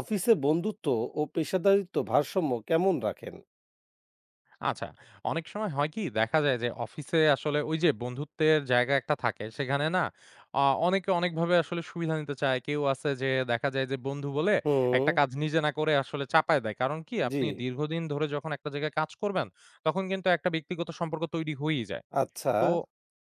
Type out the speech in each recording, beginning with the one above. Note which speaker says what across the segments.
Speaker 1: অফিসে বন্ধুত্ব ও পেশাদারিত্ব ভারসাম্য কেমন রাখেন?
Speaker 2: আচ্ছা, অনেক সময় হয় কি? দেখা যায় যে অফিসে আসলে ওই যে বন্ধুত্বের জায়গা একটা থাকে সেখানে না অনেকে অনেকভাবে আসলে সুবিধা নিতে চায়। কেউ আছে যে দেখা যায় যে বন্ধু বলে
Speaker 1: হুম।
Speaker 2: একটা কাজ নিজে না করে আসলে চাপায় দেয়। কারণ কি?
Speaker 1: জি,
Speaker 2: আপনি দীর্ঘদিন ধরে যখন একটা জায়গায় কাজ করবেন তখন কিন্তু একটা ব্যক্তিগত সম্পর্ক তৈরি হয়েই যায়।
Speaker 1: আচ্ছা।
Speaker 2: তো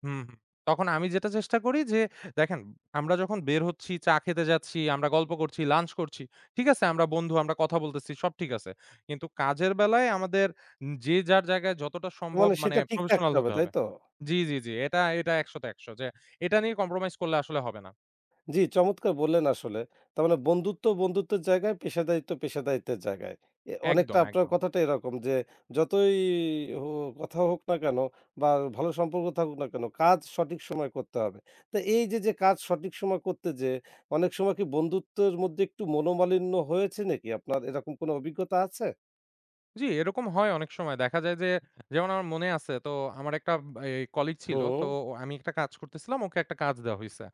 Speaker 2: হুম, হুম। তখন আমি যেটা চেষ্টা করি যে দেখেন আমরা যখন বের হচ্ছি, চা খেতে যাচ্ছি, আমরা গল্প করছি, লাঞ্চ করছি। ঠিক আছে আমরা বন্ধু, আমরা কথা বলতেছি, সব ঠিক আছে। কিন্তু কাজের বেলায় আমাদের যে যার জায়গায় যতটা সম্ভব
Speaker 1: মানে
Speaker 2: মানে
Speaker 1: সেটা ঠিক
Speaker 2: প্রফেশনাল
Speaker 1: থাকতে হবে,
Speaker 2: হতে
Speaker 1: তাই
Speaker 2: হবে।
Speaker 1: তো?
Speaker 2: জি, জি, জি। এটা ১০০ তে ১০০ যে এটা নিয়ে কম্প্রোমাইজ করলে আসলে হবে না।
Speaker 1: জি, চমৎকার বললেন আসলে। তার মানে বন্ধুত্ব, বন্ধুত্বের জায়গায়, পেশাদারিত্ব, পেশাদারিত্বের জায়গায়। এ অনেকটা
Speaker 2: একদম,
Speaker 1: আপনার
Speaker 2: একদম।
Speaker 1: কথাটা এরকম যে যতই হো কথা হোক না কেন বা ভালো সম্পর্ক থাকুক না কেন, কাজ সঠিক সময়ে করতে হবে। তো এই যে, যে কাজ সঠিক সময় করতে যেয়ে অনেক সময় কি বন্ধুত্বের মধ্যে একটু মনোমালিন্য হয়েছে নাকি? আপনার এরকম কোনো অভিজ্ঞতা আছে?
Speaker 2: জি, এরকম হয় অনেক সময়। দেখা যায় যে যেমন আমার মনে আছে তো আমার একটা এই কলিগ ছিল।
Speaker 1: হুম।
Speaker 2: আমি একটা কাজ করতেছিলাম, ওকে একটা কাজ দেওয়া হইছে।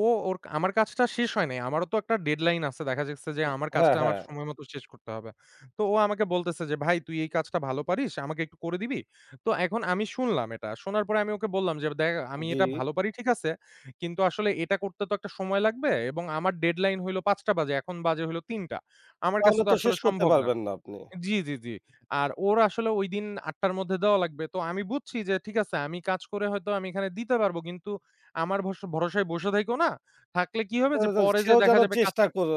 Speaker 2: ও ওর আমার কাজটা শেষ হয় নাই। আমারও তো একটা ডেডলাইন আছে। দেখা যাচ্ছে যে
Speaker 1: উ
Speaker 2: আমার
Speaker 1: হ্যাঁ,
Speaker 2: কাজটা আমার
Speaker 1: হ্যাঁ।
Speaker 2: সময় মতো শেষ করতে হবে। তো ও আমাকে বলতেছে যে, "ভাই তুই এই কাজটা ভালো পারিস, আমাকে একটু করে দিবি?" তো এখন আমি শুনলাম এটা। শোনার পরে আমি ওকে বললাম যে, "দেখ আমি
Speaker 1: জি।
Speaker 2: এটা ভালো পারি ঠিক আছে। কিন্তু আসলে এটা করতে তো একটা সময় লাগবে এবং আমার ডেডলাইন হইলো ৫:০০ বাজে। এখন বাজে হইলো ৩:০০। আমার কাছে
Speaker 1: তাহলে
Speaker 2: তো
Speaker 1: তো
Speaker 2: আসলে
Speaker 1: শেষ করতে
Speaker 2: সম্ভব না।"
Speaker 1: পারবেন না আপনি।
Speaker 2: জি, জি, জি। আর ওর আসলে ঐদিন ৮:০০ র মধ্যে দেওয়া লাগবে। তো আমি বুঝছি যে ঠিক আছে আমি কাজ করে হয়তো আমি এখানে দিতে পারব। কিন্তু আমার ভরসায় বসে থাইকো না। থাকলে কি হবে
Speaker 1: আ
Speaker 2: যে পরে
Speaker 1: সেও
Speaker 2: যেয়ে দেখা
Speaker 1: যেন
Speaker 2: যাবে কাজটা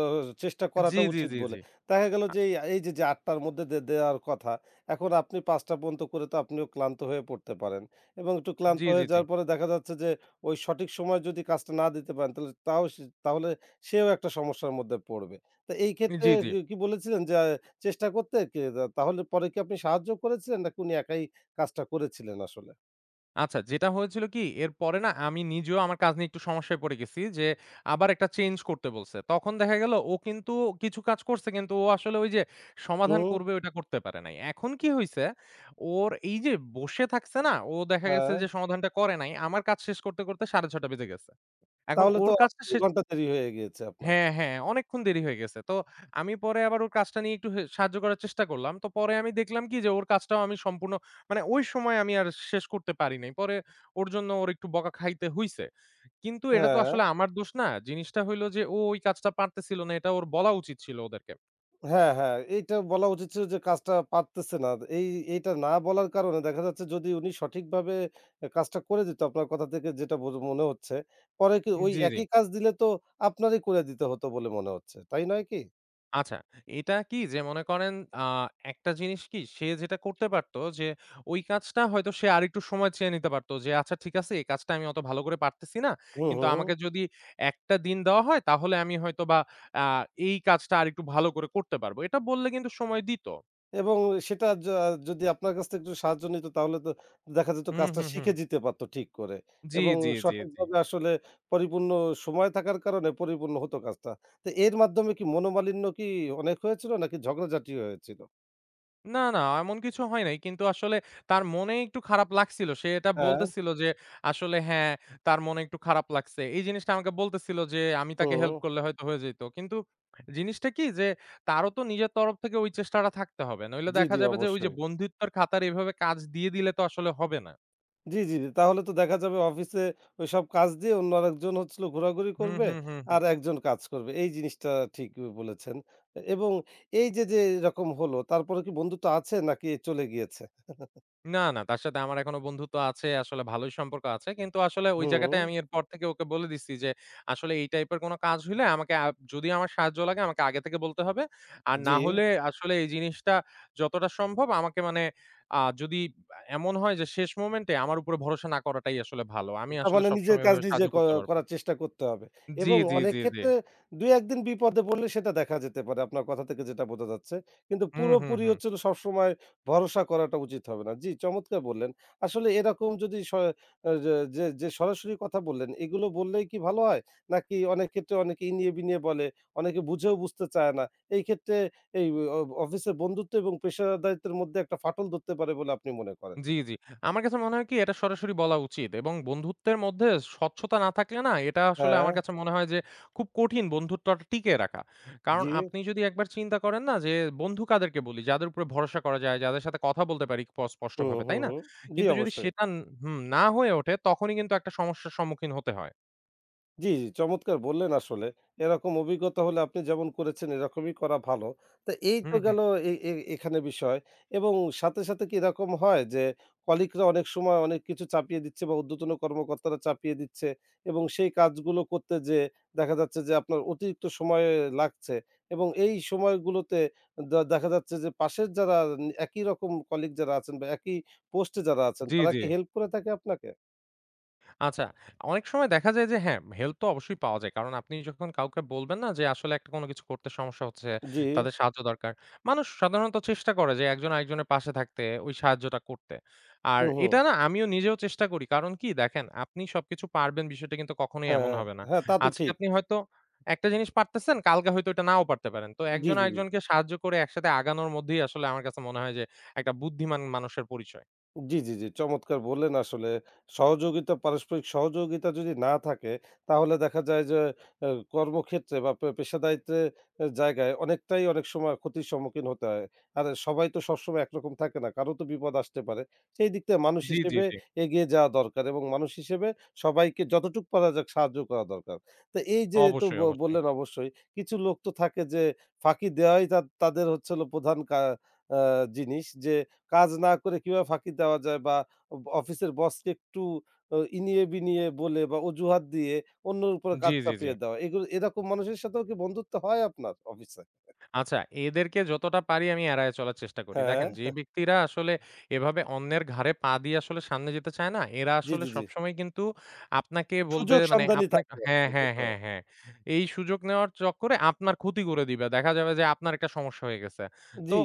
Speaker 1: চেষ্টা
Speaker 2: জি,
Speaker 1: করাটা
Speaker 2: জি,
Speaker 1: উচিত
Speaker 2: জি,
Speaker 1: বলে।
Speaker 2: জি।
Speaker 1: দেখা গেল
Speaker 2: আ
Speaker 1: যে এই এই যে, যে ৮ টার মধ্যে দেওয়ার কথা, এখন আপনি ৫ টা পর্যন্ত করে তো আপনিও ক্লান্ত হয়ে পড়তে পারেন এবং একটু ক্লান্ত
Speaker 2: জি, জি,
Speaker 1: হয়ে
Speaker 2: জি।
Speaker 1: যাওয়ার পরে দেখা যাচ্ছে যে ওই সঠিক সময়ে যদি কাজটা না দিতে পারেন তাহলে তাও সে তাহলে সেও একটা সমস্যার মধ্যে পড়বে। তো এই ক্ষেত্রে
Speaker 2: জি, জি।
Speaker 1: কি, কি বলেছিলেন যে চেষ্টা করতে কি তাহলে পরে কি আপনি সাহায্য করেছিলেন নাকি উনি একাই কাজটা করেছিলেন আসলে?
Speaker 2: আচ্ছা, যেটা হয়েছিল কি? এরপরে না আমি নিজেও আমার কাজ নিয়ে একটু সমস্যায় পড়ে গেছি যে, আবার একটা চেঞ্জ করতে বলছে। তখন দেখা গেল ও কিন্তু কিছু কাজ করছে কিন্তু ও আসলে ওই যে সমাধান
Speaker 1: হুম,
Speaker 2: করবে ওইটা করতে পারে নাই। এখন কি হইছে? ওর এই যে বসে থাকছে না? ও দেখা গেছে
Speaker 1: হ্যাঁ।
Speaker 2: যে সমাধানটা করে নাই। আমার কাজ শেষ করতে, করতে ৬:৩০ বেজে গেছে। এখন
Speaker 1: তাহলে তো
Speaker 2: ওর কাজটা
Speaker 1: ২
Speaker 2: শেষ
Speaker 1: ঘন্টা দেরি হয়ে গিয়েছে আপনার।
Speaker 2: হ্যাঁ, হ্যাঁ, অনেকক্ষণ দেরি হয়ে গেছে। তো আমি পরে আবার ওর কাজটা নিয়ে একটু সাহায্য করার চেষ্টা করলাম। তো পরে আমি দেখলাম কি যে ওর কাজটাও আমি সম্পূর্ণ মানে ওই সময় আমি আর শেষ করতে পারি নাই। পরে ওর জন্য ওর একটু বকা খাইতে হইছে। কিন্তু এটা তো
Speaker 1: হ্যাঁ,
Speaker 2: আসলে আমার দোষ না। জিনিসটা হইলো যে ও ওই কাজটা পারতেছিল না। এটা ওর বলা উচিত ছিল ওদেরকে।
Speaker 1: হ্যাঁ, হ্যাঁ। এইটা বলা উচিত ছিল যে কাজটা পারতেছে না। এই এইটা না বলার কারণে দেখা যাচ্ছে যদি উনি সঠিকভাবে কাজটা করে দিত আপনার কথা থেকে যেটা বোঝ মনে হচ্ছে। পরে কি ওই
Speaker 2: জি, জি।
Speaker 1: একই কাজ দিলে তো আপনারই করে দিতে হতো বলে মনে হচ্ছে। তাই নয় কি?
Speaker 2: আচ্ছা, এটা কি যে মনে করেন আ একটা জিনিস কি সে যেটা করতে পারত যে ওই কাজটা হয়তো সে আরেকটু সময় চেয়ে নিতে পারত যে, "আচ্ছা ঠিক আছে এই কাজটা আমি অত ভালো করে পারতেছি না।
Speaker 1: হু,
Speaker 2: কিন্তু
Speaker 1: হু,
Speaker 2: আমাকে
Speaker 1: হু।
Speaker 2: যদি একটা দিন দেওয়া হয় তাহলে আমি হয়তোবা আ এই কাজটা আরেকটু ভালো করে করতে পারব।" এটা বললে কিন্তু সময় দিত।
Speaker 1: এবং সেটা য যদি আপনার কাছ থেকে একটু সাহায্য নিত তাহলে তো দেখা যেত
Speaker 2: হুম,
Speaker 1: কাজটা
Speaker 2: হুম, হুম।
Speaker 1: শিখে যেতে পারত ঠিক করে
Speaker 2: জি,
Speaker 1: এবং
Speaker 2: জি, জি, জি।
Speaker 1: সঠিকভাবে আসলে পরিপূর্ণ সময় থাকার কারণে পরিপূর্ণ হতো কাজটা। তো এর মাধ্যমে কি মনোমালিন্য কি অনেক হয়েছিল নাকি ঝগড়াঝাটি হয়েছিল?
Speaker 2: না, না, এমন কিছু হয় নাই। কিন্তু আসলে তার মনে একটু খারাপ লাগছিল। সে এটা
Speaker 1: হ্যাঁ,
Speaker 2: বলতেছিল যে আসলে হ্যাঁ, তার মনে একটু খারাপ লাগছে। এই জিনিসটা আমাকে বলতেছিল যে আমি তাকে
Speaker 1: হুম।
Speaker 2: হেল্প করলে হয়তো হয়ে যেত। কিন্তু জিনিসটা কি যে তারও তো নিজের তরফ থেকে ওই চেষ্টাটা থাকতে হবে। নইলে
Speaker 1: জি,
Speaker 2: দেখা
Speaker 1: জি
Speaker 2: যাবে যে ওই যে
Speaker 1: অবশ্যই।
Speaker 2: বন্ধুত্বের খাতার এভাবে কাজ দিয়ে দিলে তো আসলে হবে না।
Speaker 1: জি, জি, জি। তাহলে তো দেখা যাবে অফিসে ওইসব কাজ দিয়ে অন্য আরেকজন হচ্ছিল ঘোরাঘুরি
Speaker 2: হুম,
Speaker 1: করবে
Speaker 2: হুম, হুম, হুম।
Speaker 1: আর একজন কাজ করবে। এই জিনিসটা ঠিক বলেছেন। এবং এই যে, যে এরকম হলো তারপরে কি বন্ধুত্ব আছে নাকি চলে গিয়েছে?
Speaker 2: না, না, তার সাথে আমার এখনো বন্ধুত্ব আছে। আসলে ভালোই সম্পর্ক আছে। কিন্তু আসলে ওই
Speaker 1: হুম,
Speaker 2: জায়গাটায় আমি এরপর থেকে ওকে বলে দিচ্ছি যে, "আসলে এই টাইপের কোনো কাজ হইলে আমাকে যদি আমার সাহায্য লাগে আমাকে আগে থেকে বলতে হবে। আর না
Speaker 1: জি।
Speaker 2: হলে আসলে এই জিনিসটা যতটা সম্ভব আমাকে মানে যদি এমন হয় যে শেষ মোমেন্টে আমার উপরে ভরসা না করাটাই আসলে ভালো। আমি
Speaker 1: তার
Speaker 2: আসলে
Speaker 1: মানে নিজের
Speaker 2: সবসময়
Speaker 1: কাজ
Speaker 2: এভাবে
Speaker 1: নিজে
Speaker 2: সাহায্য করতে পারব না।"
Speaker 1: করার চেষ্টা করতে হবে।
Speaker 2: জি,
Speaker 1: এবং
Speaker 2: জি,
Speaker 1: অনেক
Speaker 2: জি, জি।
Speaker 1: ক্ষেত্রে ২-১ দিন বিপদে পড়লে সেটা দেখা যেতে পারে আপনার কথা থেকে যেটা বোঝা যাচ্ছে। কিন্তু
Speaker 2: হুম, হুম,
Speaker 1: পুরোপুরি
Speaker 2: হুম।
Speaker 1: হচ্ছে হলো সবসময় ভরসা করাটা উচিত হবে না। জি, চমৎকার বললেন। আসলে এরকম যদি স আ যে যে যে সরাসরি কথা বললেন, এগুলো বললেই কি ভালো হয়? নাকি অনেক ক্ষেত্রে অনেকে ইনিয়ে-বিনিয়ে বলে, অনেকে বুঝেও বুঝতে চায় না। এই ক্ষেত্রে এই অ অফিসের বন্ধুত্ব এবং পেশাদারিত্বের মধ্যে একটা ফাটল ধরতে পারে বলে আপনি মনে করেন?
Speaker 2: জি, জি। আমার কাছে মনে হয় কি এটা সরাসরি বলা উচিত এবং বন্ধুত্বের মধ্যে স্বচ্ছতা না থাকলে না এটা আসলে
Speaker 1: হ্যাঁ,
Speaker 2: আমার কাছে মনে হয় যে খুব কঠিন বন্ধুত্বটা টিকিয়ে রাখা। কারণ
Speaker 1: জি।
Speaker 2: আপনি যদি একবার চিন্তা করেন না যে বন্ধু কাদেরকে বলি? যাদের উপরে ভরসা করা যায়, যাদের সাথে কথা বলতে পারি
Speaker 1: হুম,
Speaker 2: স্পষ্টভাবে, তাই
Speaker 1: হুম,
Speaker 2: না?
Speaker 1: হুম। জি,
Speaker 2: কিন্তু যদি
Speaker 1: অবশ্যই।
Speaker 2: সেটা হুম, না হয়ে ওঠে তখনই কিন্তু একটা সমস্যার সম্মুখীন হতে হয়।
Speaker 1: জি, জি, চমৎকার বললেন আসলে। এরকম অভিজ্ঞতা হলে আপনি যেমন করেছেন এরকমই করা ভালো। তো এই
Speaker 2: হুম,
Speaker 1: তো
Speaker 2: হুম।
Speaker 1: গেল এ এ এখানে বিষয় এবং সাথে, সাথে কি এরকম হয় যে কলিগরা অনেক সময় অনেক কিছু চাপিয়ে দিচ্ছে বা ঊর্ধ্বতন কর্মকর্তারা চাপিয়ে দিচ্ছে এবং সেই কাজগুলো করতে যেয়ে দেখা যাচ্ছে যে আপনার অতিরিক্ত সময় লাগছে এবং এই সময়গুলোতে দেখা যাচ্ছে যে পাশের যারা একই রকম কলিগ যারা আছেন বা একই পোস্টে যারা আছেন
Speaker 2: জি,
Speaker 1: তারা
Speaker 2: জি।
Speaker 1: কি হেল্প করে থাকে আপনাকে?
Speaker 2: আচ্ছা, অনেক সময় দেখা যায় যে হ্যাঁ, হেল্প তো অবশ্যই পাওয়া যায়। কারণ আপনি যখন কাউকে বলবেন না যে আসলে একটা কোনো কিছু করতে সমস্যা হচ্ছে,
Speaker 1: জি।
Speaker 2: তাদের সাহায্য দরকার। মানুষ সাধারণত চেষ্টা করে যে একজন আরেকজনের পাশে থাকতে, ওই সাহায্যটা করতে। আর
Speaker 1: হুম, হুম।
Speaker 2: এটা না আমিও নিজেও চেষ্টা করি। কারণ কি দেখেন, আপনি সবকিছু পারবেন বিষয়টা কিন্তু কখনোই এমন
Speaker 1: হ্যাঁ,
Speaker 2: হবে না।
Speaker 1: হ্যাঁ তা তো
Speaker 2: আজকে
Speaker 1: ঠিক।
Speaker 2: আপনি হয়তো একটা জিনিস পারতেছেন, কালকে হয়তো এটা নাও পারতে পারেন। তো
Speaker 1: জি,
Speaker 2: একজন
Speaker 1: জি, জি।
Speaker 2: আরেকজনকে সাহায্য করে একসাথে আগানোর মধ্যেই আসলে আমার কাছে মনে হয় যে একটা বুদ্ধিমান মানুষের পরিচয়।
Speaker 1: জি, জি, জি। চমৎকার বললেন আসলে। সহযোগিতা, পারস্পরিক সহযোগিতা যদি না থাকে তাহলে দেখা যায় যে কর্মক্ষেত্রে বা পেশাদারিত্বের জায়গায় অনেকটাই অনেক সময় ক্ষতির সম্মুখীন হতে হয়। আর সবাই তো সবসময় একরকম থাকে না। কারো তো বিপদ আসতে পারে। সেই দিক থেকে মানুষ
Speaker 2: জি, জি,
Speaker 1: হিসেবে
Speaker 2: জি।
Speaker 1: এগিয়ে যাওয়া দরকার এবং মানুষ হিসেবে সবাইকে যতটুক পারা যাক সাহায্য করা দরকার। তো এই যে তো
Speaker 2: অবশ্যই, অবশ্যই।
Speaker 1: বললেন অবশ্যই কিছু লোক তো থাকে যে ফাঁকি দেওয়াই তাদের হচ্ছে হলো প্রধান কা আ জিনিস যে কাজ না করে কিভাবে ফাঁকি দেওয়া যায় বা অফিসের বসকে একটু ইনিয়ে-বিনিয়ে বলে বা অজুহাত দিয়ে অন্যের উপরে
Speaker 2: জি,
Speaker 1: কাজ
Speaker 2: জি, জি।
Speaker 1: চাপিয়ে দেওয়া। এগুলো এরকম মানুষের সাথেও কি বন্ধুত্ব হয় আপনার অফিসে?
Speaker 2: আচ্ছা, এদেরকে যতটা পারি আমি এড়ায়ে চলার চেষ্টা করি। দেখেন যে
Speaker 1: হ্যাঁ।
Speaker 2: ব্যক্তিরা আসলে এভাবে অন্যের ঘাড়ে পা দিয়ে আসলে সামনে যেতে চায় না, এরা
Speaker 1: জি,
Speaker 2: আসলে
Speaker 1: জি, জি।
Speaker 2: সবসময় কিন্তু আপনাকে বলবে
Speaker 1: সুযোগ
Speaker 2: মানে
Speaker 1: সন্ধানী
Speaker 2: আপনা
Speaker 1: থাকে।
Speaker 2: হ্যাঁ,
Speaker 1: আপনার, তাই
Speaker 2: হ্যাঁ,
Speaker 1: তো?
Speaker 2: হ্যাঁ, হ্যাঁ। এই সুযোগ নেওয়ার চক্করে আপনার ক্ষতি করে দিবে। দেখা যাবে যে আপনার একটা সমস্যা হয়ে গেছে। তো
Speaker 1: জি।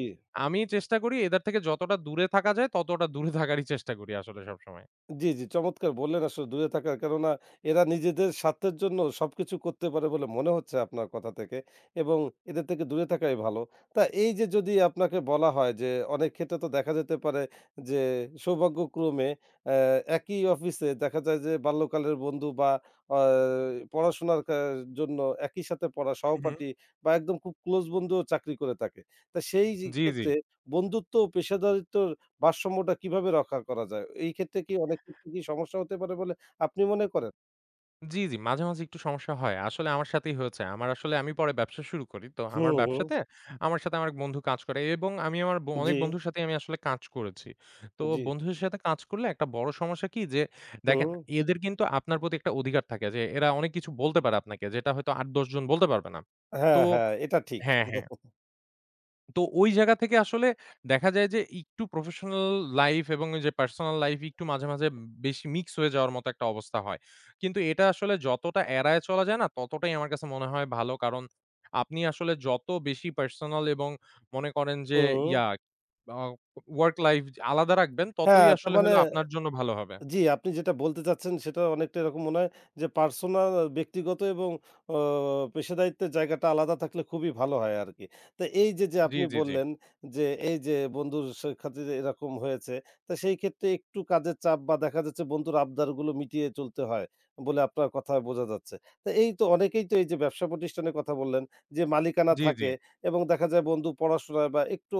Speaker 2: আমি চেষ্টা করি এদের থেকে যতটা দূরে থাকা যায় ততটা দূরে থাকারই চেষ্টা করি আসলে সবসময়।
Speaker 1: জি, জি, চমৎকার বললেন আসলে দূরে থাকার। কেননা এরা নিজেদের স্বার্থের জন্য সবকিছু করতে পারে বলে মনে হচ্ছে আপনার কথা থেকে এবং এদের থেকে দূরে থাকাই ভালো। তা এই যে যদি আপনাকে বলা হয় যে অনেক ক্ষেত্রে তো দেখা যেতে পারে যে সৌভাগ্যক্রমে অ্যা একই অফিসে দেখা যায় যে বাল্যকালের বন্ধু বা আ পড়াশোনার জন্য একই সাথে পড়া
Speaker 2: হুম, হুম।
Speaker 1: সহপাঠী বা একদম খুব ক্লোজ বন্ধুও চাকরি করে থাকে। তা সেই যে
Speaker 2: জি, জি।
Speaker 1: ক্ষেত্রে বন্ধুত্ব ও পেশাদারিত্বর ভারসাম্যটা কিভাবে রক্ষা করা যায়? এই ক্ষেত্রে কি অনেক ক্ষেত্রে কি সমস্যা হতে পারে বলে আপনি মনে করেন?
Speaker 2: জি, জি। মাঝে, মাঝে একটু সমস্যা হয়। আসলে আমার সাথেই হয়েছে। আমার আসলে আমি পরে ব্যবসা শুরু করি। তো
Speaker 1: হুম,
Speaker 2: আমার
Speaker 1: হুম।
Speaker 2: ব্যবসাতে আমার সাথে আমার এক বন্ধু কাজ করে এবং আমি আমার অনেক
Speaker 1: জি,
Speaker 2: বন্ধুর সাথেই আমি আসলে কাজ করেছি। তো
Speaker 1: জি।
Speaker 2: বন্ধুদের সাথে কাজ করলে একটা বড় সমস্যা কি যে দেখেন
Speaker 1: হুম।
Speaker 2: এদের কিন্তু আপনার প্রতি একটা অধিকার থাকে যে এরা অনেক কিছু বলতে পারে আপনাকে যেটা হয়তো ৮-১০ জন বলতে পারবে না। তো
Speaker 1: হ্যাঁ, হ্যাঁ, এটা ঠিক।
Speaker 2: হ্যাঁ, হ্যাঁ। তো ওই জায়গা থেকে আসলে দেখা যায় যে একটু প্রফেশনাল লাইফ এবং ওই যে পার্সোনাল লাইফ একটু মাঝে, মাঝে বেশি মিক্স হয়ে যাওয়ার মতো একটা অবস্থা হয়। কিন্তু এটা আসলে যতটা এড়ায় চলা যায় না ততটাই আমার কাছে মনে হয় ভালো। কারণ আপনি আসলে যত বেশি পার্সোনাল এবং মনে করেন যে
Speaker 1: হুম।
Speaker 2: ইয়া আ ওয়ার্ক লাইফ আলাদা রাখবেন ততই
Speaker 1: হ্যাঁ, তার
Speaker 2: আসলে
Speaker 1: মানে
Speaker 2: হলো আপনার জন্য ভালো হবে।
Speaker 1: জি, আপনি যেটা বলতে চাচ্ছেন সেটা অনেকটা এরকম মনে হয় যে পার্সোনাল ব্যক্তিগত এবং অ পেশাদারিত্বের জায়গাটা আলাদা থাকলে খুবই ভালো হয় আরকি। তো এই যে, যে
Speaker 2: জি,
Speaker 1: আপনি
Speaker 2: জি, জি।
Speaker 1: বললেন যে এই যে বন্ধুর সে খাতিরে এরকম হয়েছে, তো সেই ক্ষেত্রে একটু কাজের চাপ বা দেখা যাচ্ছে বন্ধুর আবদারগুলো মিটিয়ে চলতে হয় বলে আপনার কথায় বোঝা যাচ্ছে। তো এই তো অনেকেই তো এই যে ব্যবসা প্রতিষ্ঠানের কথা বললেন যে মালিকানা
Speaker 2: জি, জি।
Speaker 1: থাকে এবং দেখা যায় বন্ধু পড়াশোনায় বা একটু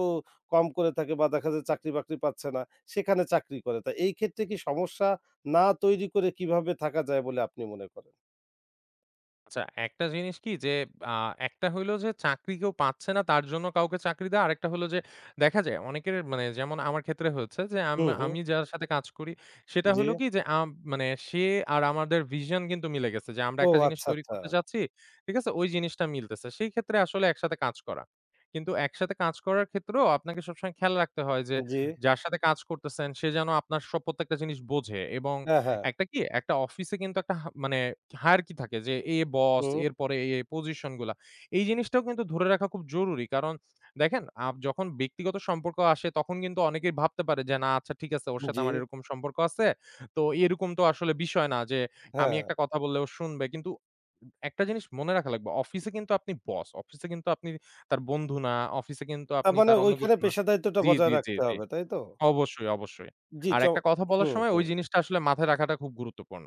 Speaker 1: কম করে থাকে বা দেখা যায় চাকরি বাকরি পাচ্ছে না, সেখানে চাকরি করে। তা এই ক্ষেত্রে কি সমস্যা না তৈরি করে কিভাবে থাকা যায় বলে আপনি মনে করেন?
Speaker 2: আচ্ছা, একটা জিনিস কি যে আ একটা হইলো যে চাকরি কেউ পাচ্ছে না তার জন্য কাউকে চাকরি দেয়া। আরেকটা হলো যে দেখা যায় অনেকের মানে যেমন আমার ক্ষেত্রে হয়েছে যে
Speaker 1: হুম, হুম।
Speaker 2: আমি যার সাথে কাজ করি সেটা
Speaker 1: জি।
Speaker 2: হলো কি যে মানে সে আর আমাদের ভিশন কিন্তু মিলে গেছে যে আমরা
Speaker 1: ও
Speaker 2: একটা জিনিস
Speaker 1: আচ্ছা,
Speaker 2: তৈরি
Speaker 1: আচ্ছা।
Speaker 2: করতে চাচ্ছি। ঠিক আছে? ওই জিনিসটা মিলতেছে। সেই ক্ষেত্রে আসলে একসাথে কাজ করা। কিন্তু একসাথে কাজ করার ক্ষেত্রেও আপনাকে সবসময় খেয়াল রাখতে হয় যে
Speaker 1: জি।
Speaker 2: যার সাথে কাজ করতেছেন সে যেন আপনার সব প্রত্যেকটা জিনিস বোঝে এবং
Speaker 1: হ্যাঁ, হ্যাঁ।
Speaker 2: একটা কি একটা অফিসে কিন্তু একটা মানে হায়ারার্কি থাকে যে এ বস,
Speaker 1: হুম।
Speaker 2: এরপরে এ পজিশন গুলা। এই জিনিসটাও কিন্তু ধরে রাখা খুব জরুরি। কারণ দেখেন যখন ব্যক্তিগত সম্পর্ক আসে তখন কিন্তু অনেকেই ভাবতে পারে যে, "না আচ্ছা ঠিক আছে ওর সাথে
Speaker 1: জি।
Speaker 2: আমার এরকম সম্পর্ক আছে। তো এরকম তো আসলে বিষয় না যে আমি
Speaker 1: হ্যাঁ।
Speaker 2: একটা কথা বললে ও শুনবে।" কিন্তু একটা জিনিস মনে রাখা লাগবে। অফিসে কিন্তু আপনি বস। অফিসে কিন্তু আপনি তার বন্ধু না। অফিসে কিন্তু
Speaker 1: তার
Speaker 2: আপনি
Speaker 1: মানে
Speaker 2: তার অন্য
Speaker 1: ওইখানে
Speaker 2: কিছু না।
Speaker 1: পেশাদারিত্বটা
Speaker 2: জি, জি,
Speaker 1: বজায়
Speaker 2: জি,
Speaker 1: রাখতে
Speaker 2: জি।
Speaker 1: হবে, তাই তো?
Speaker 2: অবশ্যই, অবশ্যই।
Speaker 1: জি,
Speaker 2: আর
Speaker 1: চ
Speaker 2: একটা কথা বলার
Speaker 1: হুম,
Speaker 2: সময় ওই
Speaker 1: হুম।
Speaker 2: জিনিসটা আসলে মাথায় রাখাটা খুব গুরুত্বপূর্ণ।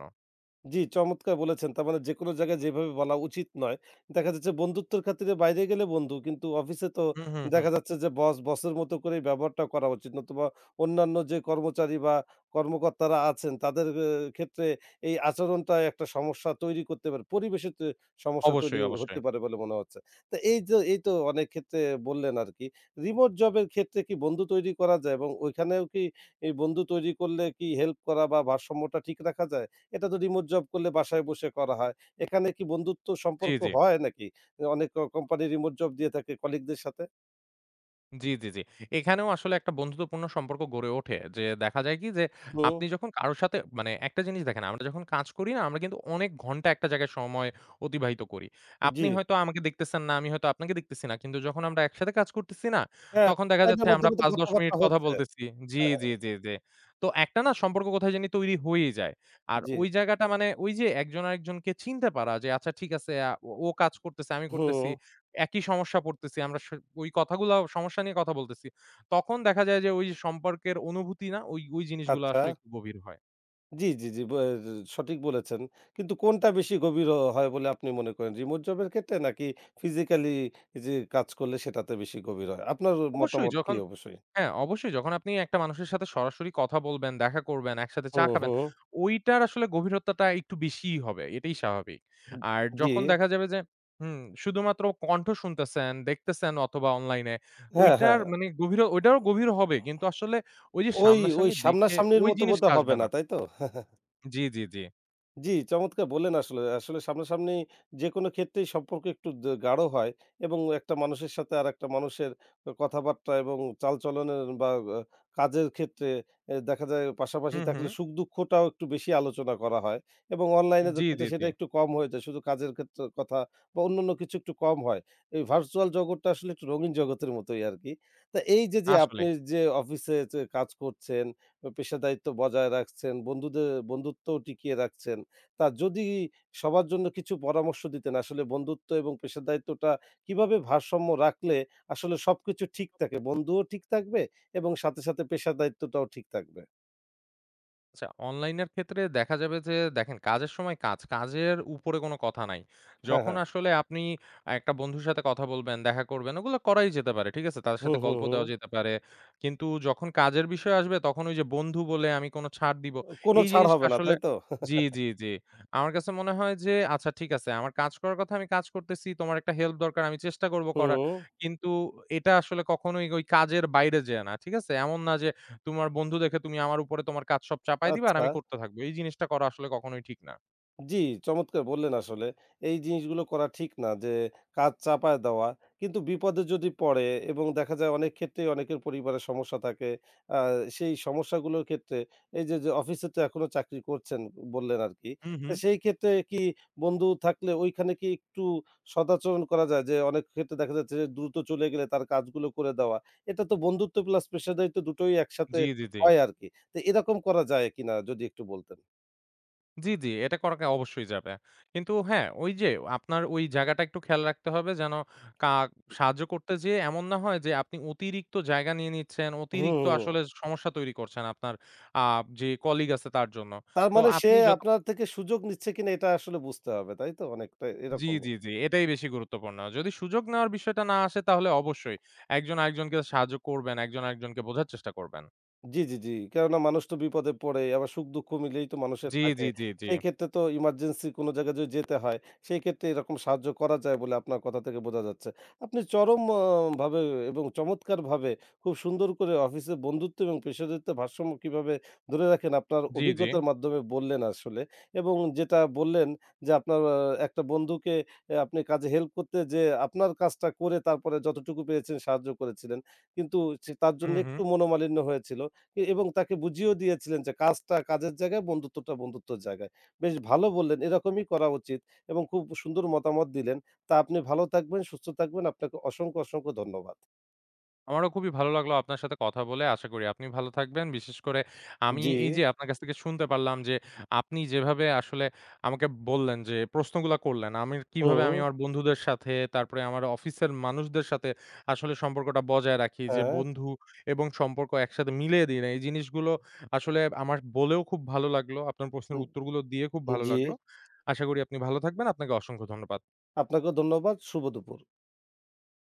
Speaker 1: জি, চমৎকার বলেছেন। তার মানে যেকোনো জায়গায় যেভাবে বলা উচিত নয়। দেখা যাচ্ছে বন্ধুত্বের খাতিরে বাইরে গেলে বন্ধু, কিন্তু অফিসে তো
Speaker 2: হুম, হুম, হুম।
Speaker 1: দেখা যাচ্ছে যে বস, বসের মতো করেই ব্যবহারটা করা উচিত। নতুবা অন্যান্য যে কর্মচারী বা কর্মকর্তারা আছেন তাদের ক্ষেত্রে এই আচরণটা একটা সমস্যা তৈরি করতে পারে। পরিবেশে তে সমস্যা তৈরি
Speaker 2: অবশ্যই,
Speaker 1: হতে
Speaker 2: অবশ্যই।
Speaker 1: পারে বলে মনে হচ্ছে। তো এই যে এই তো অনেক ক্ষেত্রে বললেন আরকি। রিমোট জবের ক্ষেত্রে কি বন্ধু তৈরি করা যায় এবং ওইখানেও কি এই বন্ধু তৈরি করলে কি হেল্প করা বা ভারসাম্যটা ঠিক রাখা যায়? এটা তো রিমোট জব করলে বাসায় বসে করা হয়। এখানে কি বন্ধুত্ব
Speaker 2: জি,
Speaker 1: সম্পর্ক
Speaker 2: জি।
Speaker 1: হয় নাকি? অনেক কোম্পানি রিমোট জব দিয়ে থাকে কলিগদের সাথে?
Speaker 2: জি, জি, জি। এখানেও আসলে একটা বন্ধুত্বপূর্ণ সম্পর্ক গড়ে ওঠে। যে দেখা যায় কি যে
Speaker 1: হুম,
Speaker 2: আপনি যখন কারো সাথে মানে একটা জিনিস দেখেন আমরা যখন কাজ করি না আমরা কিন্তু অনেক ঘন্টা একটা জায়গায় সময় অতিবাহিত করি।
Speaker 1: জি।
Speaker 2: আপনি হয়তো আমাকে দেখতেছেন না, আমি হয়তো আপনাকে দেখতেছি না। কিন্তু যখন আমরা একসাথে কাজ করতেছি না,
Speaker 1: হ্যাঁ,
Speaker 2: তখন দেখা যাচ্ছে
Speaker 1: অনলাইনের
Speaker 2: আমরা
Speaker 1: মাধ্যমে তো
Speaker 2: ৫-১০ মিনিট
Speaker 1: কথাবার্তা
Speaker 2: কথা
Speaker 1: হচ্ছে।
Speaker 2: বলতেছি। জি,
Speaker 1: হ্যাঁ,
Speaker 2: জি, জি, জি। তো একটা না সম্পর্ক কোথায় জানি তৈরি হয়েই যায়। আর
Speaker 1: জি।
Speaker 2: ওই জায়গাটা মানে ওই যে একজন আরেকজনকে চিনতে পারা যে আচ্ছা ঠিক আছে ও ও কাজ করতেছে, আমি
Speaker 1: হুম,
Speaker 2: করতেছি। একই সমস্যা পড়তেছি। আমরা ওই কথাগুলা সমস্যা নিয়ে কথা বলতেছি। তখন দেখা যায় যে ওই সম্পর্কের অনুভূতি না ওই জিনিসগুলা
Speaker 1: আচ্ছা।
Speaker 2: আসলে একটু গভীর হয়।
Speaker 1: জি, জি, জি। সঠিক বলেছেন। কিন্তু কোনটা বেশি গভীর হয় বলে আপনি মনে করেন? রিমোট জবের ক্ষেত্রে নাকি ফিজিক্যালি যে কাজ করলে সেটাতে বেশি গভীর হয়? আপনার
Speaker 2: অবশ্যই
Speaker 1: মতামত কি
Speaker 2: যখন
Speaker 1: অবশ্যই?
Speaker 2: হ্যাঁ, অবশ্যই যখন আপনি একটা মানুষের সাথে সরাসরি কথা বলবেন, দেখা করবেন, একসাথে চা
Speaker 1: হুম,
Speaker 2: খাবেন,
Speaker 1: হুম।
Speaker 2: ওইটার আসলে গভীরতাটা একটু বেশিই হবে। এটাই স্বাভাবিক। আর
Speaker 1: জি।
Speaker 2: যখন দেখা যাবে যে হুম, শুধুমাত্র কণ্ঠ শুনতেছেন, দেখতেছেন অথবা অনলাইনে
Speaker 1: হ্যাঁ,
Speaker 2: ওইটার
Speaker 1: হ্যাঁ।
Speaker 2: মানে গভীর ওইটাও গভীর হবে। কিন্তু আসলে ওই যে
Speaker 1: ওই, ওই
Speaker 2: সামনাসামনি দেখে
Speaker 1: সামনাসামনির
Speaker 2: ওই
Speaker 1: মতো
Speaker 2: জিনিসটা
Speaker 1: বোধহয় হবে
Speaker 2: আসবে
Speaker 1: না,
Speaker 2: না।
Speaker 1: তাই তো?
Speaker 2: জি, জি, জি।
Speaker 1: জি, চমৎকার বললেন আসলে। আসলে সামনাসামনি যেকোনো ক্ষেত্রেই সম্পর্ক একটু গাঢ় হয় এবং একটা মানুষের সাথে আরেকটা মানুষের কথাবার্তা এবং চালচলনের বা আ কাজের ক্ষেত্রে দেখা যায়
Speaker 2: হু,
Speaker 1: পাশাপাশি
Speaker 2: হু।
Speaker 1: থাকলে সুখ-দুঃখটাও একটু বেশি আলোচনা করা হয় এবং অনলাইনে
Speaker 2: জি, জি,
Speaker 1: ক্ষেত্রে
Speaker 2: জি।
Speaker 1: সেটা একটু কম হয়ে যায়। শুধু কাজের ক্ষেত্রে কথা বা অন্যান্য কিছু একটু কম হয়। এই ভার্চুয়াল জগৎটা আসলে একটু রঙিন জগতের মতোই আরকি। তা এই যে, যে আপনি
Speaker 2: আসলেই।
Speaker 1: যে অফিসে যে কাজ করছেন, পেশাদারিত্ব বজায় রাখছেন, বন্ধুদের বন্ধুত্বও টিকিয়ে রাখছেন। তা যদি সবার জন্য কিছু পরামর্শ দিতেন আসলে বন্ধুত্ব এবং পেশাদারিত্বটা কিভাবে ভারসাম্য রাখলে আসলে সবকিছু ঠিক থাকে? বন্ধুও ঠিক থাকবে এবং সাথে, সাথে পেশাদারিত্বটাও ঠিক থাকবে।
Speaker 2: আচ্ছা অনলাইনের ক্ষেত্রে দেখা যাবে যে দেখেন কাজের সময় কাজ, কাজের উপরে কোনো কথা নাই।
Speaker 1: হ্যাঁ,
Speaker 2: যখন
Speaker 1: হ্যাঁ।
Speaker 2: আসলে আপনি একটা বন্ধুর সাথে কথা বলবেন, দেখা করবেন, ওগুলো করাই যেতে পারে। ঠিক আছে? তাদের
Speaker 1: হুম,
Speaker 2: সাথে
Speaker 1: হুম,
Speaker 2: গল্প
Speaker 1: হুম।
Speaker 2: দেওয়া যেতে পারে। কিন্তু যখন কাজের বিষয় আসবে তখন ওই যে বন্ধু বলে আমি কোনো ছাড় দিব,
Speaker 1: কোনো
Speaker 2: এই
Speaker 1: ছাড়
Speaker 2: জিনিসটা
Speaker 1: হবে না,
Speaker 2: আসলে
Speaker 1: তাই তো?
Speaker 2: জি, জি, জি। আমার কাছে মনে হয় যে আচ্ছা ঠিক আছে আমার কাজ করার কথা আমি কাজ করতেছি, তোমার একটা হেল্প দরকার আমি চেষ্টা করব করার।
Speaker 1: হুম,
Speaker 2: কিন্তু এটা আসলে কখনোই ওই কাজের বাইরে যেয়ে না। ঠিক আছে? এমন না যে তোমার বন্ধু দেখে তুমি আমার উপরে তোমার কাজ সব চাপায় দিবা আর
Speaker 1: আচ্ছা।
Speaker 2: আমি করতে থাকবো। এই জিনিসটা করা আসলে কখনোই ঠিক না।
Speaker 1: জি, চমৎকার বললেন আসলে। এই জিনিসগুলো করা ঠিক না যে কাজ চাপায় দেওয়া। কিন্তু বিপদে যদি পড়ে এবং দেখা যায় অনেক ক্ষেত্রেই অনেকের পরিবারে সমস্যা থাকে। আ সেই সমস্যাগুলোর ক্ষেত্রে এই যে, যে অফিসে তো এখনো চাকরি করছেন বললেন আরকি।
Speaker 2: হুম,
Speaker 1: তো
Speaker 2: হুম।
Speaker 1: সেই ক্ষেত্রে কি বন্ধু থাকলে ওইখানে কি একটু সদাচরণ করা যায়? যে অনেক ক্ষেত্রে দেখা যাচ্ছে যে দ্রুত চলে গেলে তার কাজগুলো করে দেওয়া। এটা তো বন্ধুত্ব প্লাস পেশাদারিত্ব দুটোই একসাথে
Speaker 2: জি, জি, জি।
Speaker 1: হয় আরকি। তো এরকম করা যায় কিনা যদি একটু বলতেন?
Speaker 2: জি, জি, এটা করাকে অবশ্যই যাবে। কিন্তু হ্যাঁ, ওই যে আপনার ওই জায়গাটা একটু খেয়াল রাখতে হবে যেন কা সাহায্য করতে যেয়ে এমন না হয় যে আপনি অতিরিক্ত জায়গা নিয়ে নিচ্ছেন,
Speaker 1: হুম, হুম,
Speaker 2: অতিরিক্ত আসলে
Speaker 1: হুম।
Speaker 2: সমস্যা তৈরি করছেন আপনার আ যে কলিগ আছে তার জন্য।
Speaker 1: তার
Speaker 2: তো
Speaker 1: মানে সে
Speaker 2: আপনি যত
Speaker 1: আপনার থেকে সুযোগ নিচ্ছে কিনা এটা আসলে বুঝতে হবে, তাই তো? অনেকটা
Speaker 2: জি,
Speaker 1: এরকম।
Speaker 2: জি, জি, এটাই বেশি গুরুত্বপূর্ণ। যদি সুযোগ নেওয়ার বিষয়টা না আসে তাহলে অবশ্যই একজন আরেকজনকে সাহায্য করবেন, একজন আরেকজনকে বোঝার চেষ্টা করবেন।
Speaker 1: জি, জি, জি। কেননা মানুষ তো বিপদে পড়ে, আবার সুখ-দুঃখ মিলেই তো মানুষের
Speaker 2: জি, জি,
Speaker 1: থাকে।
Speaker 2: জি, জি,
Speaker 1: সেই ক্ষেত্রে তো ইমার্জেন্সি কোনো জায়গায় যদি যেতে হয়, সেই ক্ষেত্রে এরকম সাহায্য করা যায় বলে আপনার কথা থেকে বোঝা যাচ্ছে। আপনি চরম ভাবে এবং চমৎকারভাবে খুব সুন্দর করে অফিসে বন্ধুত্ব এবং পেশাদারিত্বের ভারসাম্য কিভাবে ধরে রাখেন আপনার
Speaker 2: জি, জি।
Speaker 1: অভিজ্ঞতার মাধ্যমে বললেন আসলে। এবং যেটা বললেন যে আপনার একটা বন্ধুকে আপনি কাজে হেল্প করতে যেয়ে আপনার কাজটা করে তারপরে যতটুকু পেরেছেন সাহায্য করেছিলেন। কিন্তু সে তার জন্য
Speaker 2: হুম, হুম।
Speaker 1: একটু মনোমালিন্য হয়েছিল। এবং তাকে বুঝিয়েও দিয়েছিলেন যে কাজটা কাজের জায়গায়, বন্ধুত্বটা বন্ধুত্বর জায়গায়। বেশ ভালো বললেন, এরকমই করা উচিত এবং খুব সুন্দর মতামত দিলেন। তা আপনি ভালো থাকবেন, সুস্থ থাকবেন। আপনাকে অসংখ্য, অসংখ্য ধন্যবাদ।
Speaker 2: আমারও খুবই ভালো লাগলো আপনার সাথে কথা বলে। আশা করি আপনি ভালো থাকবেন। বিশেষ করে আমি
Speaker 1: জি,
Speaker 2: এই যে আপনার কাছ থেকে শুনতে পারলাম যে আপনি যেভাবে আসলে আমাকে বললেন যে প্রশ্নগুলা করলেন, আমি কিভাবে
Speaker 1: হুম,
Speaker 2: আমি আমার বন্ধুদের সাথে তারপরে আমার অফিসের মানুষদের সাথে আসলে সম্পর্কটা বজায় রাখি। যে
Speaker 1: হ্যাঁ,
Speaker 2: বন্ধু এবং সম্পর্ক একসাথে মিলিয়ে দিই না। এই জিনিসগুলো আসলে আমার বলেও খুব ভালো লাগলো। আপনার প্রশ্নের
Speaker 1: উ
Speaker 2: উত্তরগুলো দিয়ে খুব ভালো
Speaker 1: জি।
Speaker 2: লাগলো। আশা করি আপনি ভালো থাকবেন। আপনাকে অসংখ্য ধন্যবাদ।
Speaker 1: আপনাকেও ধন্যবাদ। শুভ দুপুর।